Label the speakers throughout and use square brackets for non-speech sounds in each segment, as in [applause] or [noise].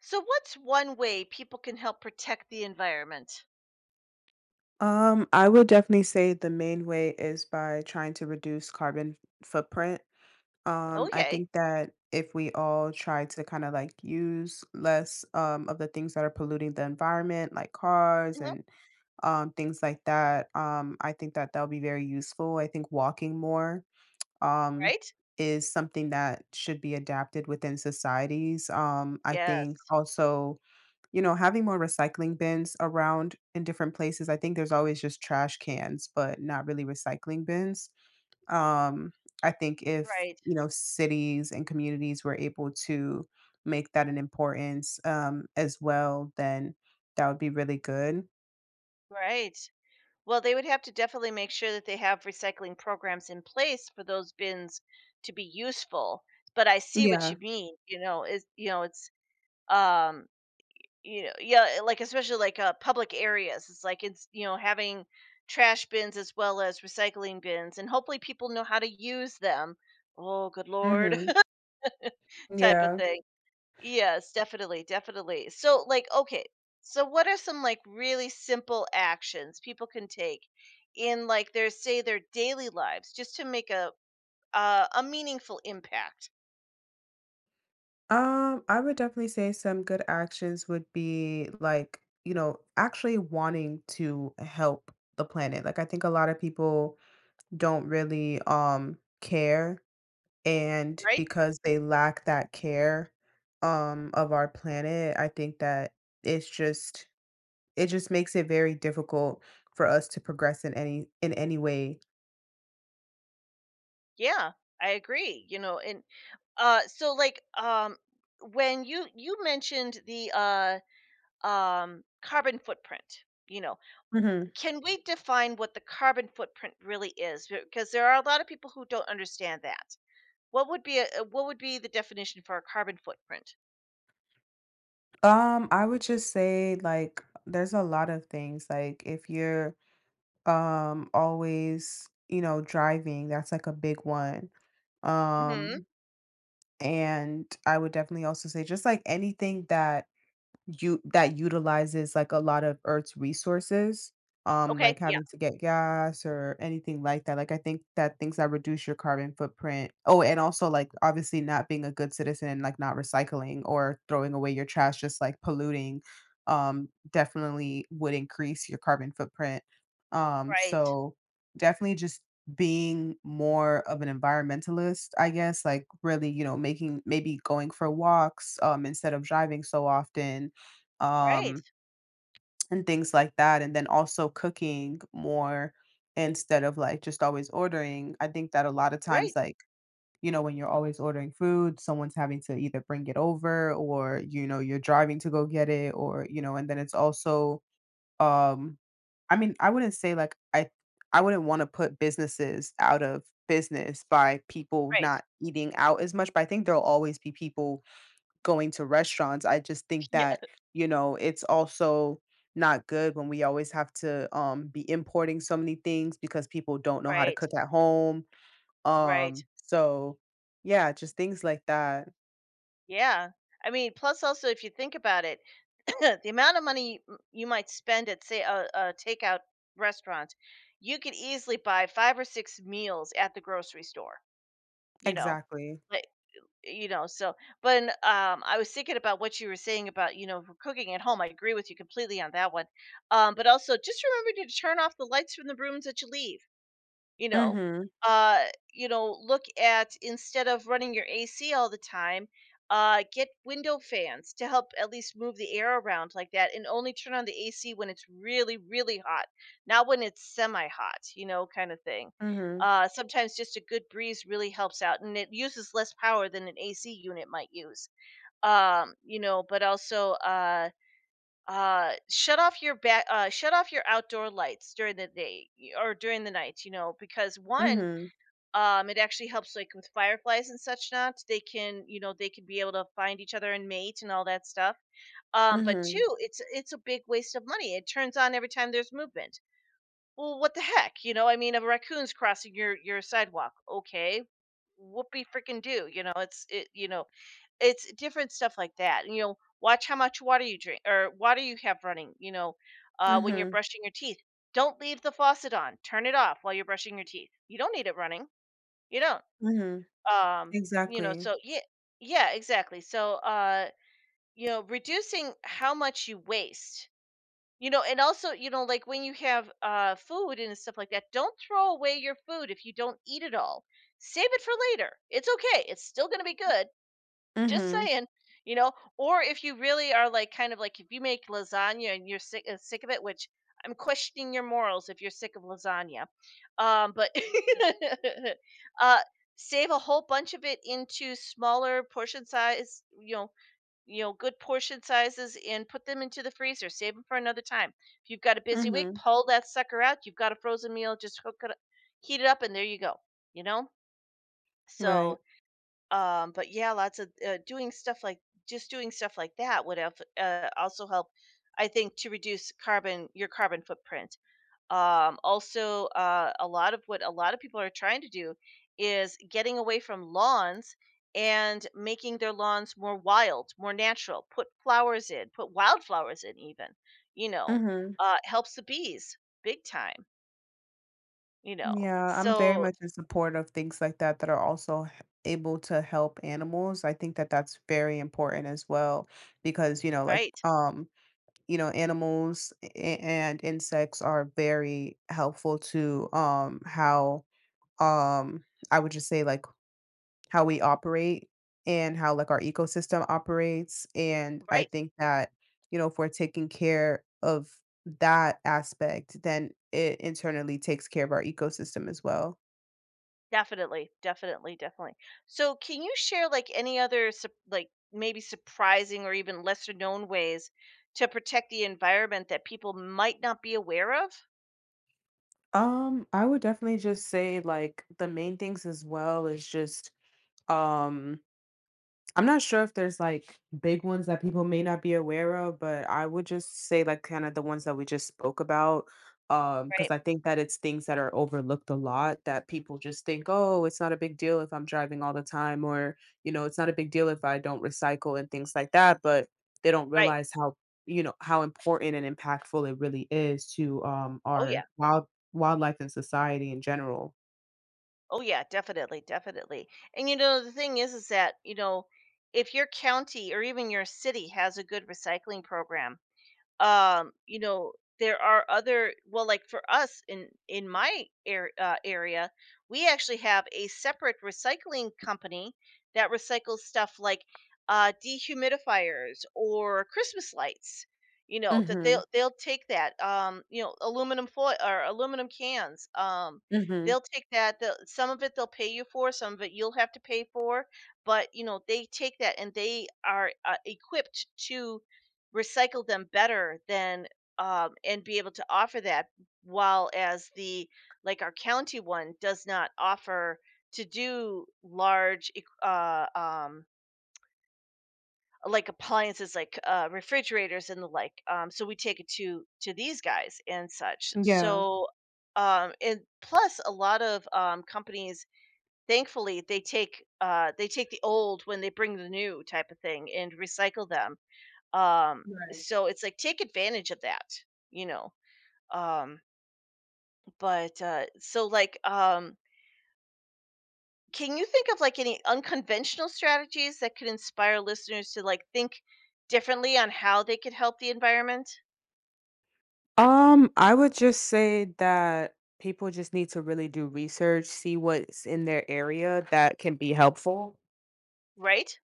Speaker 1: So, what's one way people can help protect the environment?
Speaker 2: I would definitely say the main way is by trying to reduce carbon footprint. I
Speaker 1: Okay.
Speaker 2: think that if we all try to kind of like use less of the things that are polluting the environment, like cars
Speaker 1: hmm
Speaker 2: and things like that. I think that that'll be very useful. I think walking more um,
Speaker 1: Right?
Speaker 2: is something that should be adapted within societies. I think
Speaker 1: Yes.
Speaker 2: also having more recycling bins around in different places. I think there's always just trash cans, but not really recycling bins. Um, I think if,
Speaker 1: Right.
Speaker 2: cities and communities were able to make that an importance as well, then that would be really good.
Speaker 1: Right. Well, they would have to definitely make sure that they have recycling programs in place for those bins to be useful. But I see what
Speaker 2: Yeah.
Speaker 1: you mean. You know, is you know, it's um, you know, Yeah, like especially public areas. It's having trash bins as well as recycling bins, and hopefully people know how to use them. Oh, good lord,
Speaker 2: Mhm.
Speaker 1: [laughs] type of
Speaker 2: Yeah.
Speaker 1: thing. Yes, definitely, definitely. So what are some like really simple actions people can take in like their say their daily lives just to make a meaningful impact,
Speaker 2: I would definitely say some good actions would be like, actually wanting to help the planet. Like I think a lot of people don't really, care, and
Speaker 1: right?
Speaker 2: because they lack that care, of our planet, I think that it's just it just makes it very difficult for us to progress in any way.
Speaker 1: Yeah, I agree. You know, and so like When you mentioned the carbon footprint. You know,
Speaker 2: Mhm.
Speaker 1: can we define what the carbon footprint really is? Because there are a lot of people who don't understand that. What would be a what would be the definition for a carbon footprint?
Speaker 2: I would just say, like, there's a lot of things, like, if you're, always, driving, that's, like, a big one,
Speaker 1: Mhm.
Speaker 2: um, and I would definitely also say just, like, anything that You that utilizes, like, a lot of Earth's resources, like
Speaker 1: Okay, yeah,
Speaker 2: having to get gas or anything like that, like, I think that things that reduce your carbon footprint oh, and also, like, obviously not being a good citizen and, like, not recycling or throwing away your trash, just, like, polluting, definitely would increase your carbon footprint, um,
Speaker 1: right,
Speaker 2: so definitely just being more of an environmentalist, I guess, like, really, making maybe going for walks, instead of driving so often
Speaker 1: right,
Speaker 2: um, and things like that. And then also cooking more instead of like just always ordering. I think that a lot of times,
Speaker 1: right,
Speaker 2: like, when you're always ordering food, someone's having to either bring it over or, you're driving to go get it or, and then it's also, um, I mean, I wouldn't say like I wouldn't want to put businesses out of business by people
Speaker 1: right.
Speaker 2: not eating out as much, but I think there'll always be people going to restaurants. I just think
Speaker 1: [laughs] Yeah,
Speaker 2: that, it's also not good when we always have to be importing so many things because people don't know how to
Speaker 1: right,
Speaker 2: cook at home.
Speaker 1: right.
Speaker 2: So yeah, just things like that.
Speaker 1: Yeah. I mean, plus also if you think about it, [clears throat] the amount of money m you might spend at, say, a takeout restaurant, you could easily buy 5 or 6 meals at the grocery store, you know?
Speaker 2: Exactly.
Speaker 1: Like, you know. So but I was thinking about what you were saying about, you know, for cooking at home. I agree with you completely on that one. But also just remember to turn off the lights from the rooms that you leave, you know.
Speaker 2: Mhm.
Speaker 1: uh Look at, instead of running your AC all the time, get window fans to help at least move the air around like that, and only turn on the AC when it's really really hot, not when it's semi hot, you know, kind of thing.
Speaker 2: Mhm.
Speaker 1: Sometimes just a good breeze really helps out, and it uses less power than an AC unit might use. But also shut off your outdoor lights during the day or during the night, you know, because one,
Speaker 2: Mhm.
Speaker 1: it actually helps like with fireflies and such. Not, they can, you know, they can be able to find each other and mate and all that stuff. But two,
Speaker 2: Mhm.
Speaker 1: it's a big waste of money. It turns on every time there's movement. Well, what the heck, you know? I mean, a raccoon's crossing your sidewalk. Okay, whoopee freaking do. You know, it's it. You know, it's different stuff like that. You know, watch how much water you drink or water you have running. You know, when you're
Speaker 2: Mhm.
Speaker 1: brushing your teeth, don't leave the faucet on. Turn it off while you're brushing your teeth. You don't need it running. You don't
Speaker 2: Mhm.
Speaker 1: um you know.
Speaker 2: Exactly.
Speaker 1: So yeah, yeah, exactly. So you know, reducing how much you waste, you know. And also, you know, like when you have food and stuff like that, don't throw away your food if you don't eat it all. Save it for later, it's okay, it's still going to be good. Just
Speaker 2: Mhm.
Speaker 1: saying, you know. Or if you really are, like, kind of like, if you make lasagna and you're sick of it, which I'm questioning your morals if you're sick of lasagna. But [laughs] uh save a whole bunch of it into smaller portion size, you know, good portion sizes, and put them into the freezer. Save them for another time. If you've got a busy week,
Speaker 2: Mhm.
Speaker 1: pull that sucker out. You've got a frozen meal, just hook it up, heat it up, and there you go. You know?
Speaker 2: Right.
Speaker 1: So but yeah, lots of doing stuff like just doing stuff like that would have also help, I think, to reduce carbon your carbon footprint. Also, a lot of people are trying to do is getting away from lawns and making their lawns more wild, more natural. Put flowers in, put wildflowers in, even. You know,
Speaker 2: Mhm.
Speaker 1: helps the bees big time. You know,
Speaker 2: Yeah, I'm very
Speaker 1: so
Speaker 2: much in support of things like that that are also able to help animals. I think that that's very important as well because,
Speaker 1: right,
Speaker 2: animals and insects are very helpful to how um I would just say like how we operate and how like our ecosystem operates, and I
Speaker 1: right.
Speaker 2: think that, if we're taking care of that aspect, then it internally takes care of our ecosystem as well.
Speaker 1: Definitely, definitely, definitely. So, can you share like any other like maybe surprising or even lesser known ways to protect the environment that people might not be aware of?
Speaker 2: I would definitely just say like the main things as well is just um I'm not sure if there's like big ones that people may not be aware of, but I would just say like kind of the ones that we just spoke about. Because
Speaker 1: Right.
Speaker 2: I think that it's things that are overlooked a lot that people just think, oh, it's not a big deal if I'm driving all the time, or it's not a big deal if I don't recycle and things like that, but they don't
Speaker 1: Right.
Speaker 2: realize how how important and impactful it really is to
Speaker 1: Oh
Speaker 2: our
Speaker 1: yeah.
Speaker 2: wildlife and society in general.
Speaker 1: Oh yeah, definitely, definitely. And you know, the thing is that, you know, if your county or even your city has a good recycling program, you know, there are other, well, like for us in my area, we actually have a separate recycling company that recycles stuff like dehumidifiers or Christmas lights, you know, that
Speaker 2: Mm-hmm.
Speaker 1: they'll take that, you know, aluminum foil or aluminum cans.
Speaker 2: Mm-hmm.
Speaker 1: They'll take that, some of it they'll pay you for, some of it you'll have to pay for. But you know, they take that and they are equipped to recycle them better than, and be able to offer that, while as the, like, our county one does not offer to do like appliances like refrigerators and the like, so we take it to these guys and such.
Speaker 2: Yeah.
Speaker 1: So and plus a lot of companies, thankfully, they take the old when they bring the new type of thing, and recycle them. um
Speaker 2: Right.
Speaker 1: so it's like, take advantage of that, you know. Um but so like Can you think of like any unconventional strategies that could inspire listeners to like think differently on how they could help the environment,
Speaker 2: I would just say that people just need to really do research, see what's in their area that can be helpful.
Speaker 1: right?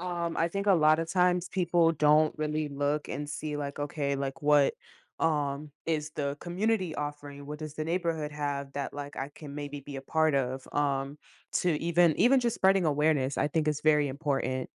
Speaker 2: I think a lot of times people don't really look and see like, okay, like what is the community offering? What does the neighborhood have that like I can maybe be a part of? To even just spreading awareness, I think is very important.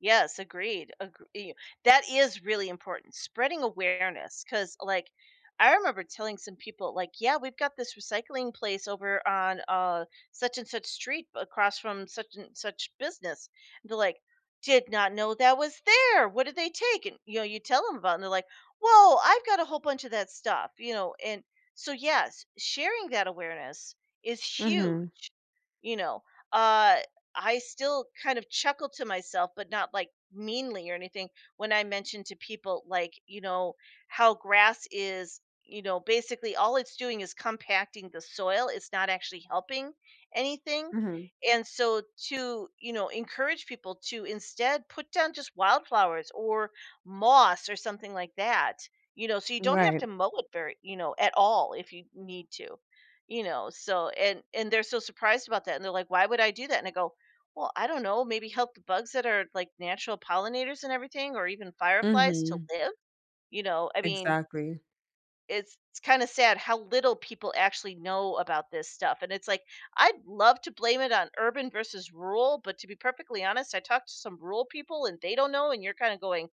Speaker 1: Yes, agreed. Agree. That is really important. Spreading awareness, cuz like, I remember telling some people like, "Yeah, we've got this recycling place over on such and such street across from such and such business." And they're like, "Did not know that was there. What did they take?" And you know, you tell them about it and they're like, "Whoa, I've got a whole bunch of that stuff." You know, and so yes, sharing that awareness is
Speaker 2: Mm-hmm.
Speaker 1: huge. You know, uh I still kind of chuckle to myself, but not like meanly or anything, when I mention to people, like, you know, how grass is, you know, basically all it's doing is compacting the soil. It's not actually helping anything.
Speaker 2: Mm-hmm.
Speaker 1: And so to, you know, encourage people to instead put down just wildflowers or moss or something like that, you know, so you don't have
Speaker 2: Right.
Speaker 1: to mow it very, you know, at all, if you need to, you know. So and they're so surprised about that and they're like, why would I do that? And I go, well, I don't know, maybe help the bugs that are like natural pollinators and everything, or even fireflies to
Speaker 2: Mm-hmm.
Speaker 1: live, you know? I mean,
Speaker 2: Exactly.
Speaker 1: it's kind of sad how little people actually know about this stuff. And it's like, I'd love to blame it on urban versus rural, but to be perfectly honest, I talked to some rural people and they don't know, and you're kind of going,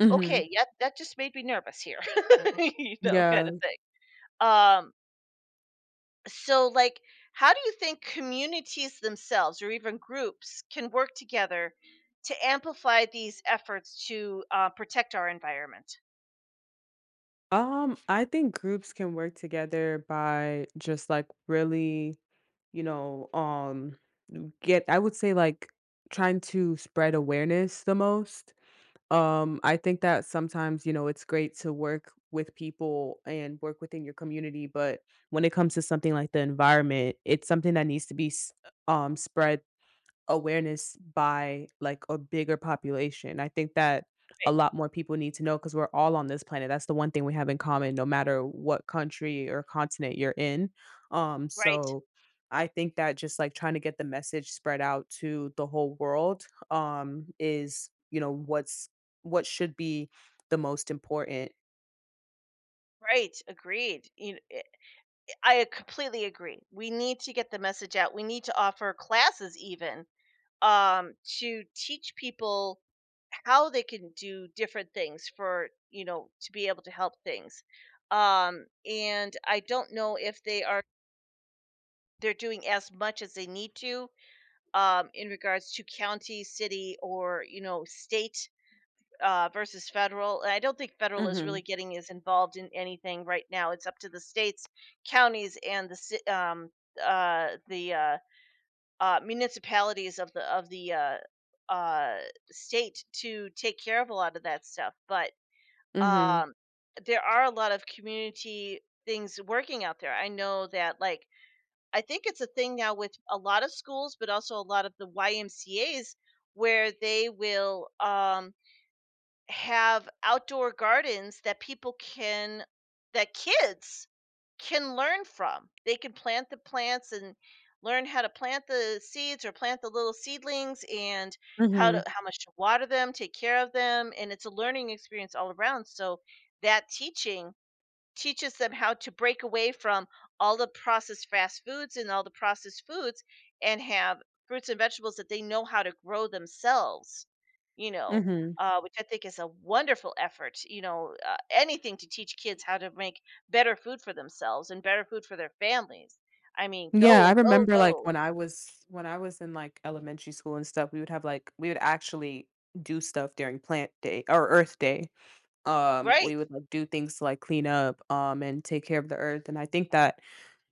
Speaker 2: Mhm.
Speaker 1: "Okay, yeah, that just made me nervous here." [laughs] You know, kind of
Speaker 2: Yeah.
Speaker 1: thing. Um, so like, how do you think communities themselves or even groups can work together to amplify these efforts to protect our environment,
Speaker 2: I think groups can work together by just like really, you know, um get I would say like trying to spread awareness the most. I think that sometimes, it's great to work with people and work within your community, but when it comes to something like the environment, it's something that needs to be spread awareness by like a bigger population. I think that a
Speaker 1: right,
Speaker 2: lot more people need to know because we're all on this planet. That's the one thing we have in common, no matter what country or continent you're in. Um,
Speaker 1: right,
Speaker 2: so I think that just like trying to get the message spread out to the whole world is, what should be the most important.
Speaker 1: right? Agreed, you know, I completely agree. We need to get the message out. We need to offer classes even, um to teach people how they can do different things for, you know, to be able to help things. And I don't know if they are, they're doing as much as they need to, in regards to county, city, or, you know, state, versus federal. And I don't think federal is
Speaker 2: Mhm.
Speaker 1: really getting as involved in anything right now. It's up to the states, counties, and the municipalities of the uh, state to take care of a lot of that stuff. But
Speaker 2: Mhm.
Speaker 1: um, there are a lot of community things working out there. I know that, like, I think it's a thing now with a lot of schools, but also a lot of the YMCA's where they will have outdoor gardens that people can that kids can learn from. They can plant the plants and learn how to plant the seeds or plant the little seedlings, and how to,
Speaker 2: Mhm.
Speaker 1: how much to water them, take care of them, and it's a learning experience all around. So that teaching teaches them how to break away from all the processed fast foods and all the processed foods, and have fruits and vegetables that they know how to grow themselves, you know.
Speaker 2: Mhm.
Speaker 1: Which I think is a wonderful effort, you know. Anything to teach kids how to make better food for themselves and better food for their families, I mean,
Speaker 2: Yeah, I
Speaker 1: go go
Speaker 2: remember, like,
Speaker 1: go,
Speaker 2: when I was in, like, elementary school and stuff, we would have, we would actually do stuff during plant day or Earth Day.
Speaker 1: right,
Speaker 2: We would, like, do things to, like, clean up, and take care of the earth, and I think that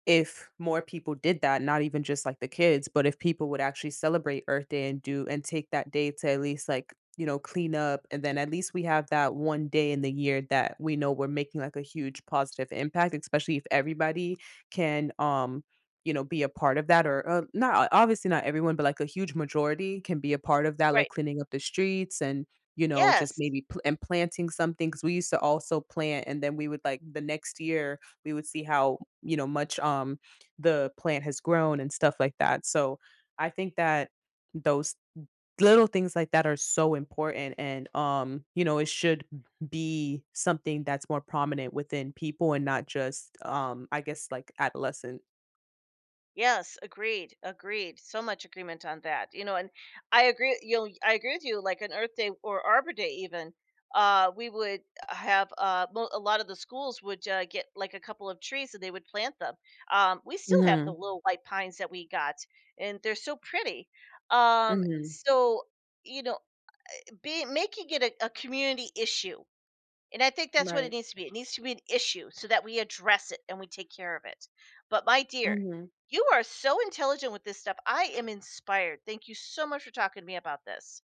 Speaker 2: if more people did that, not even just like the kids, but if people would actually celebrate Earth Day and do and take that day to at least like, clean up. And then at least we have that one day in the year that we know we're making like a huge positive impact, especially if everybody can, be a part of that or not, obviously not everyone, but like a huge majority can be a part of that, like
Speaker 1: right,
Speaker 2: cleaning up the streets and, just
Speaker 1: yes.
Speaker 2: maybe pl- and planting something. Cause we used to also plant and then we would like the next year we would see how much, the plant has grown and stuff like that. So I think that those little things like that are so important and you know it should be something that's more prominent within people and not just I guess like adolescent.
Speaker 1: Yes, agreed, agreed. So much agreement on that. You know, and I agree, you know, I agree with you, like an Earth Day or Arbor Day even, we would have a lot of the schools would get like a couple of trees and they would plant them. We still have the
Speaker 2: Mm-hmm.
Speaker 1: little white pines that we got, and they're so pretty.
Speaker 2: Mm-hmm.
Speaker 1: So, you know, be, making it a community issue, and I think that's what it
Speaker 2: Right.
Speaker 1: needs to be. It needs to be an issue so that we address it and we take care of it. But my dear,
Speaker 2: Mm-hmm.
Speaker 1: you are so intelligent with this stuff. I am inspired. Thank you so much for talking to me about this.